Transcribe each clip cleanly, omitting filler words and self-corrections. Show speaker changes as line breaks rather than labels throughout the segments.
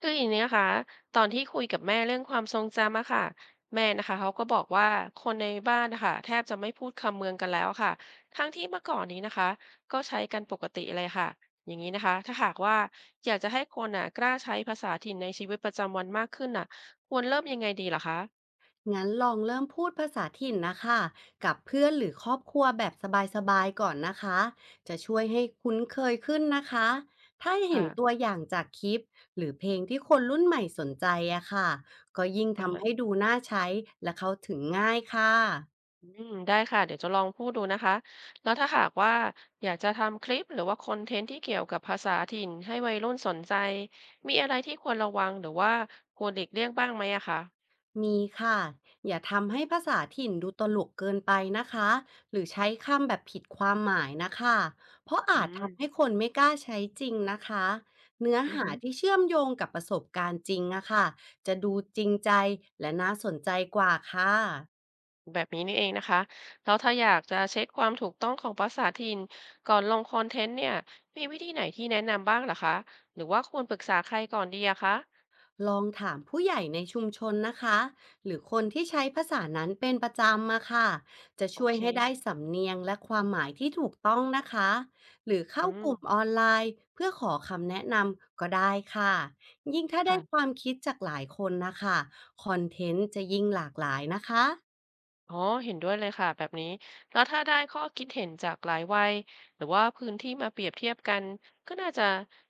คืออย่างนี้นะคะตอนที่คุยกับแม่เรื่องความทรงจำอะค่ะแม่นะคะเขาก็บอกว่าคนในบ้านนะคะแทบจะไม่พูดคำเมืองกันแล้วค่ะทั้งที่เมื่อก่อนนี้นะคะก็ใช้กันปกติเลยค่ะอย่างนี้นะคะถ้าหากว่าอยากจะให้คนน่ะกล้าใช้ภาษาถิ่นในชีวิตประจำวันมากขึ้นน่ะควรเริ่มยังไงดีเหรอคะ
งั้นลองเริ่มพูดภาษาถิ่นนะคะกับเพื่อนหรือครอบครัวแบบสบายๆก่อนนะคะจะช่วยให้คุ้นเคยขึ้นนะคะถ้าเห็น
ค่ะ
ตัวอย่างจากคลิปหรือเพลงที่คนรุ่นใหม่สนใจอะค่ะก็ยิ่ง
อ่า
ทำ
ฮะ
ให้ดูน่าใช้และเข้าถึงง่ายค่ะ
อืมได้ค่ะเดี๋ยวจะลองพูดดูนะคะแล้วถ้าหากว่าอยากจะทำคลิปหรือว่าคอนเทนต์ที่เกี่ยวกับภาษาถิ่นให้วัยรุ่นสนใจมีอะไรที่ควรระวังหรือว่าควรหลีกเลี่ยงบ้างไหมอะคะ
มีค่ะอย่าทำให้ภาษาถิ่นดูตลกเกินไปนะคะหรือใช้คำแบบผิดความหมายนะคะเพราะ
อื
อาจทำให้
ม
คนไม่กล้าใช้จริงนะคะเนื้อ
อือ
หา
หือ
ที่เชื่อมโยงกับประสบการณ์จริงอะค่ะจะดูจริงใจและน่าสนใจกว่าค่ะ
แบบนี้นี่เองนะคะแล้วถ้าอยากจะเช็คความถูกต้องของภาษาถิ่นก่อนลงคอนเทนต์เนี่ยมีวิธีไหนที่แนะนำบ้างเหรอคะหรือว่าควรปรึกษาใครก่อนดีอะคะ
ลองถามผู้ใหญ่ในชุมชนนะคะหรือคนที่ใช้ภาษานั้นเป็นประจำมาค่ะจะ
โอ
ช่วย
เค
ให้ได้สำเนียงและความหมายที่ถูกต้องนะคะหรือ
อื
เข้าก
ม
ลุ่มออนไลน์เพื่อขอคำแนะนำก็ได้ค่ะยิ่งถ้าได้ค
ค่ะ
วามคิดจากหลายคนนะคะคอนเทนต์จะยิ่งหลากหลายนะคะ
อ๋อเห็นด้วยเลยค่ะแบบนี้แล้วถ้าได้ข้อคิดเห็นจากหลายวัยหรือว่าพื้นที่มาเปรียบเทียบกันก็น่าจะ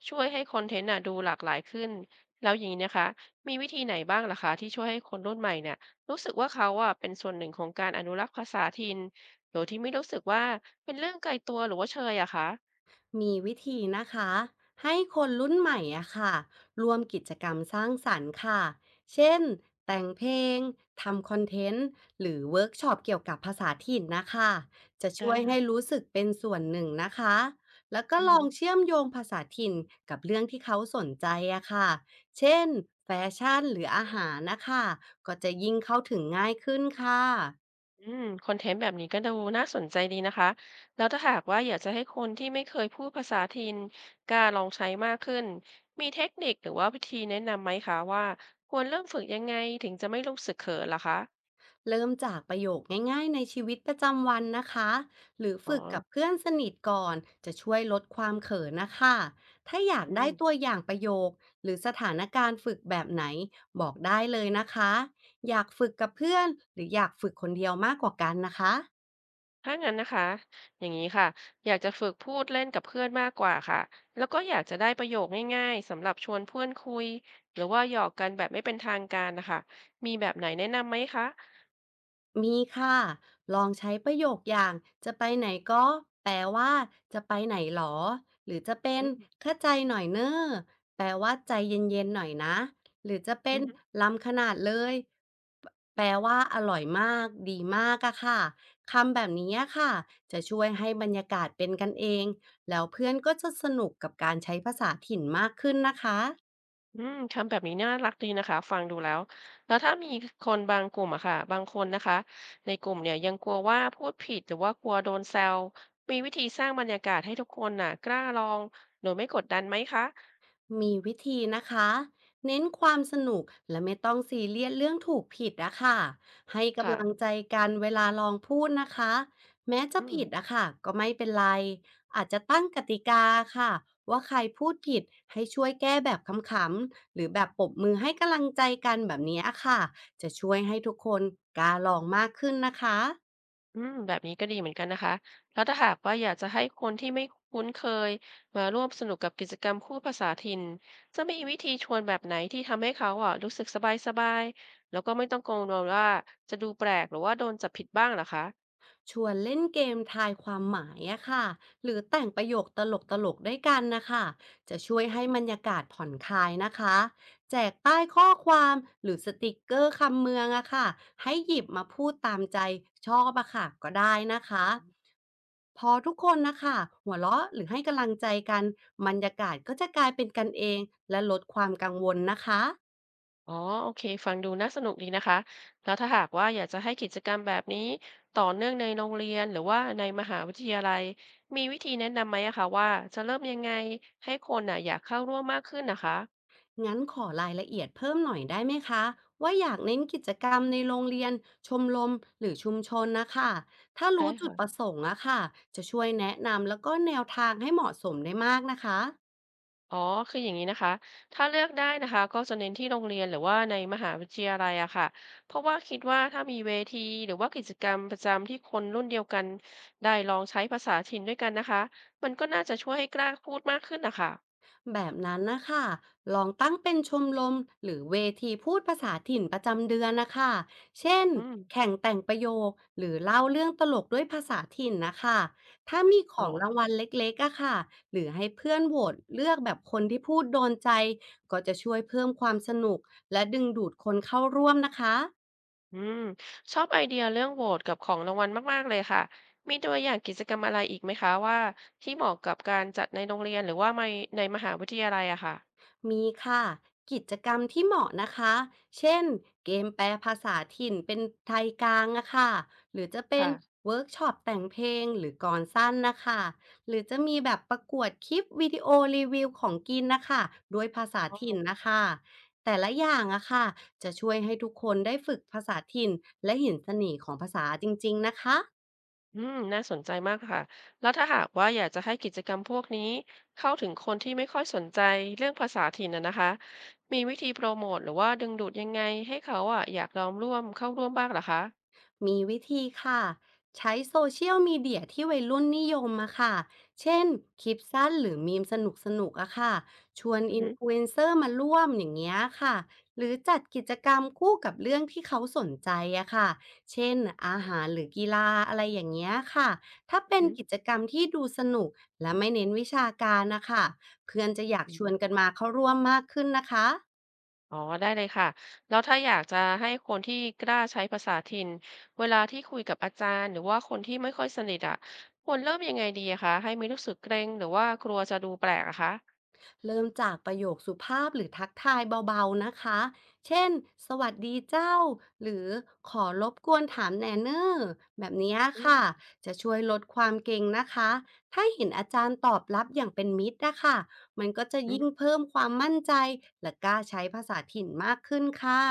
ช่วยให้คอนเทนต์น่ะดูหลากหลายขึ้นแล้วอย่างนี้นะคะมีวิธีไหนบ้างล่ะคะที่ช่วยให้คนรุ่นใหม่เนี่ยรู้สึกว่าเขาอ่ะเป็นส่วนหนึ่งของการอนุรักษ์ภาษาถิ่นโดยที่ไม่รู้สึกว่าเป็นเรื่องไกลตัวหรือว่าเชยอะคะ
มีวิธีนะคะให้คนรุ่นใหม่อะค่ะร่วมกิจกรรมสร้างสรรค์ค่ะเช่นแต่งเพลงทำคอนเทนต์หรือเวิร์กช็อปเกี่ยวกับภาษาถิ่นนะคะจะช่
ได้
วย
ค่ะ
ให้รู้สึกเป็นส่วนหนึ่งนะคะแล้วก็
อื
ล
ม
องเชื่อมโยงภาษาถิ่นกับเรื่องที่เขาสนใจอะค่ะเช่นแฟชั่นหรืออาหารนะคะก็จะยิ่งเข้าถึงง่ายขึ้นค่ะ
อืมคอนเทนต์แบบนี้ก็ดูน่าสนใจดีนะคะแล้วถ้าหากว่าอยากจะให้คนที่ไม่เคยพูดภาษาถิ่นกล้าลองใช้มากขึ้นมีเทคนิคหรือว่าวิธีแนะนำไหมคะว่าควรเริ่มฝึกยังไงถึงจะไม่รู้สึกเขินล่ะคะ
เริ่มจากประโยคง่ายๆในชีวิตประจำวันนะคะหรือ
อ๋อ
ฝึกกับเพื่อนสนิทก่อนจะช่วยลดความเขินนะคะถ้าอยาก
อื
ได้ตัว
ม
อย่างประโยคหรือสถานการณ์ฝึกแบบไหนบอกได้เลยนะคะอยากฝึกกับเพื่อนหรืออยากฝึกคนเดียวมากกว่ากันนะคะ
ถ้างั้นนะคะอย่างนี้ค่ะอยากจะฝึกพูดเล่นกับเพื่อนมากกว่าค่ะแล้วก็อยากจะได้ประโยคง่ายๆสำหรับชวนเพื่อนคุยหรือว่าหยอกกันแบบไม่เป็นทางการนะคะมีแบบไหนแนะนำไหมคะ
มีค่ะ ลองใช้ประโยคอย่างจะไปไหนก็แปลว่าจะไปไหนหรอ หรือจะเป็
อื
น
ม
คะใจหน่อยเนอ้อแปลว่าใจเย็นๆหน่อยนะหรือจะเป็
อื
น
ม
ล้ำขนาดเลยแปลว่าอร่อยมากดีมากอะค่ะคำแบบนี้อะค่ะจะช่วยให้บรรยากาศเป็นกันเองแล้วเพื่อนก็จะสนุกกับการใช้ภาษาถิ่นมากขึ้นนะคะ
อืมทำแบบนี้น่ารักดีนะคะฟังดูแล้วแล้วถ้ามีคนบางกลุ่มอะค่ะบางคนนะคะในกลุ่มเนี่ยยังกลัวว่าพูดผิดหรือว่ากลัวโดนแซวมีวิธีสร้างบรรยากาศให้ทุกคนน่ะกล้าลองโดยไม่กดดันไหมคะ
มีวิธีนะคะเน้นความสนุกและไม่ต้องซีเรียสเรื่องถูกผิดอะค่ะให้
ค่ะ
กำลังใจกันเวลาลองพูดนะคะแม้จะ
อืม
ผิดอะค่ะก็ไม่เป็นไรอาจจะตั้งกติกาค่ะว่าใครพูดผิดให้ช่วยแก้แบบขำๆหรือแบบปรบมือให้กำลังใจกันแบบนี้อะค่ะจะช่วยให้ทุกคนกล้าลองมากขึ้นนะคะ
อืมแบบนี้ก็ดีเหมือนกันนะคะแล้วถ้าหากว่าอยากจะให้คนที่ไม่คุ้นเคยมาร่วมสนุกกับกิจกรรมคู่ภาษาถิ่นจะมีวิธีชวนแบบไหนที่ทำให้เขาอะรู้สึกสบายสบายแล้วก็ไม่ต้องกังวลว่าจะดูแปลกหรือว่าโดนจับผิดบ้างเหรอคะ
ชวนเล่นเกมทายความหมายอะค่ะหรือแต่งประโยคตลกๆด้วยกันนะคะจะช่วยให้บรรยากาศผ่อนคลายนะคะแจกป้ายข้อความหรือสติกเกอร์คำเมืองอะค่ะให้หยิบมาพูดตามใจชอบอะค่ะก็ได้นะคะพอทุกคนนะคะหัวเราะหรือให้กำลังใจกันบรรยากาศก็จะกลายเป็นกันเองและลดความกังวลนะคะ
อ๋อโอเคฟังดูน่าสนุกดีนะคะแล้วถ้าหากว่าอยากจะให้กิจกรรมแบบนี้ต่อเนื่องในโรงเรียนหรือว่าในมหาวิทยาลัยมีวิธีแนะนำไหมอะคะว่าจะเริ่มยังไงให้คนน่ะอยากเข้าร่วมมากขึ้นนะคะ
งั้นขอรายละเอียดเพิ่มหน่อยได้ไหมคะว่าอยากเน้นกิจกรรมในโรงเรียนชมรมหรือชุมชนนะคะถ้า
ได้
รู้จุดประ
ค่ะ
สงค์อะค่ะจะช่วยแนะนำแล้วก็แนวทางให้เหมาะสมได้มากนะคะ
อ๋อคืออย่างนี้นะคะถ้าเลือกได้นะคะก็จะเน้นที่โรงเรียนหรือว่าในมหาวิทยาลัยอะค่ะเพราะว่าคิดว่าถ้ามีเวทีหรือว่ากิจกรรมประจำที่คนรุ่นเดียวกันได้ลองใช้ภาษาถิ่นด้วยกันนะคะมันก็น่าจะช่วยให้กล้าพูดมากขึ้นนะคะ
แบบนั้นนะคะลองตั้งเป็นชมรมหรือเวทีพูดภาษาถิ่นประจำเดือนนะคะ เช่น
อืม
แข่งแต่งประโยคหรือเล่าเรื่องตลกด้วยภาษาถิ่นนะคะ ถ้ามีข
อ๋
องราง
อ
วัลเล็กๆอะค่ะหรือให้เพื่อนโหวตเลือกแบบคนที่พูดโดนใจก็จะช่วยเพิ่มความสนุกและดึงดูดคนเข้าร่วมนะคะ
อืมชอบไอเดียเรื่องโหวตกับของรางวัลมากๆเลยค่ะมีตัวอย่างกิจกรรมอะไรอีกไหมคะว่าที่เหมาะกับการจัดในโรงเรียนหรือว่าในมหาวิทยาลัยอะค่ะ
มีค่ะกิจกรรมที่เหมาะนะคะเช่นเกมแปลภาษาถิ่นเป็นไทยกลางอะค่ะหรือจะเป็น
ค่ะ
เวิร์กช็อปแต่งเพลงหรือกลอนสั้นนะคะหรือจะมีแบบประกวดคลิปวิดีโอรีวิวของกินนะคะด้วยภาษา
อ๋อ
ถิ่นนะคะแต่ละอย่างอะค่ะจะช่วยให้ทุกคนได้ฝึกภาษาถิ่นและเห็นเสน่ห์ของภาษาจริงๆนะคะ
อืมน่าสนใจมากค่ะแล้วถ้าหากว่าอยากจะให้กิจกรรมพวกนี้เข้าถึงคนที่ไม่ค่อยสนใจเรื่องภาษาถิ่นนะคะมีวิธีโปรโมทหรือว่าดึงดูดยังไงให้เขาอะอยากลองร่วมเข้าร่วมบ้างเหรอคะ
มีวิธีค่ะใช้โซเชียลมีเดียที่วัยรุ่นนิยมอะค่ะเช่นคลิปสั้นหรือมีมสนุกสนุกอะค่ะชวน
อือ
อิน
ฮึ
ฟลูเอนเซอร์มาร่วมอย่างเงี้ยค่ะหรือจัดกิจกรรมคู่กับเรื่องที่เขาสนใจอะค่ะเช่นอาหารหรือกีฬาอะไรอย่างเงี้ยค่ะถ้า
อือ
เป็น
ฮึ
กิจกรรมที่ดูสนุกและไม่เน้นวิชาการนะคะเพื่อนจะอยากชวนกันมาเข้าร่วมมากขึ้นนะคะ
อ๋อได้เลยค่ะแล้วถ้าอยากจะให้คนที่กล้าใช้ภาษาถิ่นเวลาที่คุยกับอาจารย์หรือว่าคนที่ไม่ค่อยสนิทอะควรเริ่มยังไงดีอะคะให้ไม่รู้สึกเกรงหรือว่ากลัวจะดูแปลกอะคะ
เริ่มจากประโยคสุภาพหรือทักทายเบาๆนะคะ เช่นสวัสดีเจ้า หรือขอรบกวนถามแหนเนอร์แบบนี้
อื
ค่ะ
ม
จะช่วยลดความเกรงนะคะ ถ้าเห็นอาจารย์ตอบรับอย่างเป็นมิตรนะคะ มันก็จะ
อื
ยิ่ง
ม
เพิ่มความมั่นใจและกล้าใช้ภาษาถิ่นมากขึ้นค่ะ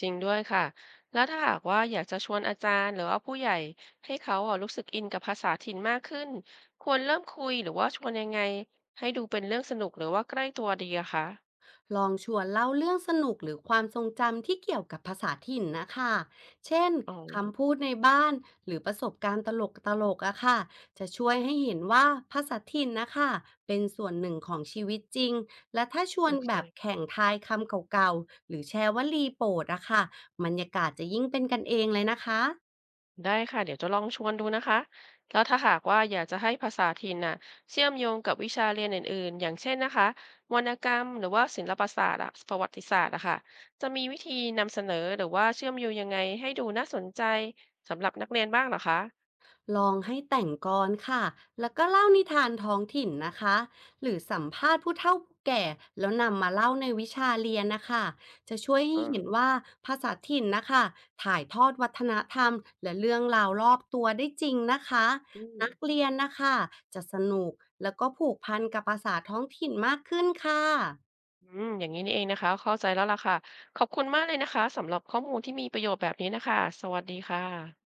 จริงด้วยค่ะแล้วถ้าหากว่าอยากจะชวนอาจารย์หรือว่าผู้ใหญ่ให้เขาอะรู้สึกอินกับภาษาถิ่นมากขึ้นควรเริ่มคุยหรือว่าชวนยังไงให้ดูเป็นเรื่องสนุกหรือว่าใกล้ตัวดีอะคะ
ลองชวนเล่าเรื่องสนุกหรือความทรงจำที่เกี่ยวกับภาษาถิ่นนะคะ เช่น
อ๋อ
คำพูดในบ้านหรือประสบการณ์ตลกตลกอะค่ะจะช่วยให้เห็นว่าภาษาถิ่นนะคะเป็นส่วนหนึ่งของชีวิตจริง และถ้าชว
โอ
น
เค
แบบแข่งทายคำเก่าๆหรือแชร์วลีโปรดอะค่ะบรรยากาศจะยิ่งเป็นกันเองเลยนะคะ
ได้ค่ะเดี๋ยวจะลองชวนดูนะคะแล้วถ้าหากว่าอยากจะให้ภาษาถิ่นน่ะเชื่อมโยงกับวิชาเรียนอื่นๆอย่างเช่นนะคะวรรณกรรมหรือว่าศิลปศาสตร์อะประวัติศาสตร์อะค่ะจะมีวิธีนำเสนอหรือว่าเชื่อมโยงยังไงให้ดูน่าสนใจสำหรับนักเรียนบ้างเหรอคะ
ลองให้แต่งกลอนค่ะแล้วก็เล่านิทานท้องถิ่นนะคะหรือสัมภาษณ์ผู้เฒ่าผู้แก่แล้วนำมาเล่าในวิชาเรียนนะคะจะช่วยให้เห็นว่าภาษาถิ่นนะคะถ่ายทอดวัฒนธรรมและเรื่องราวรอบตัวได้จริงนะคะ
อืม
นักเรียนนะคะจะสนุกแล้วก็ผูกพันกับภาษาท้องถิ่นมากขึ้นค่ะ
อืมอย่างนี้นี่เองนะคะเข้าใจแล้วล่ะค่ะขอบคุณมากเลยนะคะสำหรับข้อมูลที่มีประโยชน์แบบนี้นะคะสวัสดีค่ะ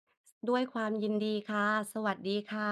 ด้วยความยินดีค่ะสวัสดีค่ะ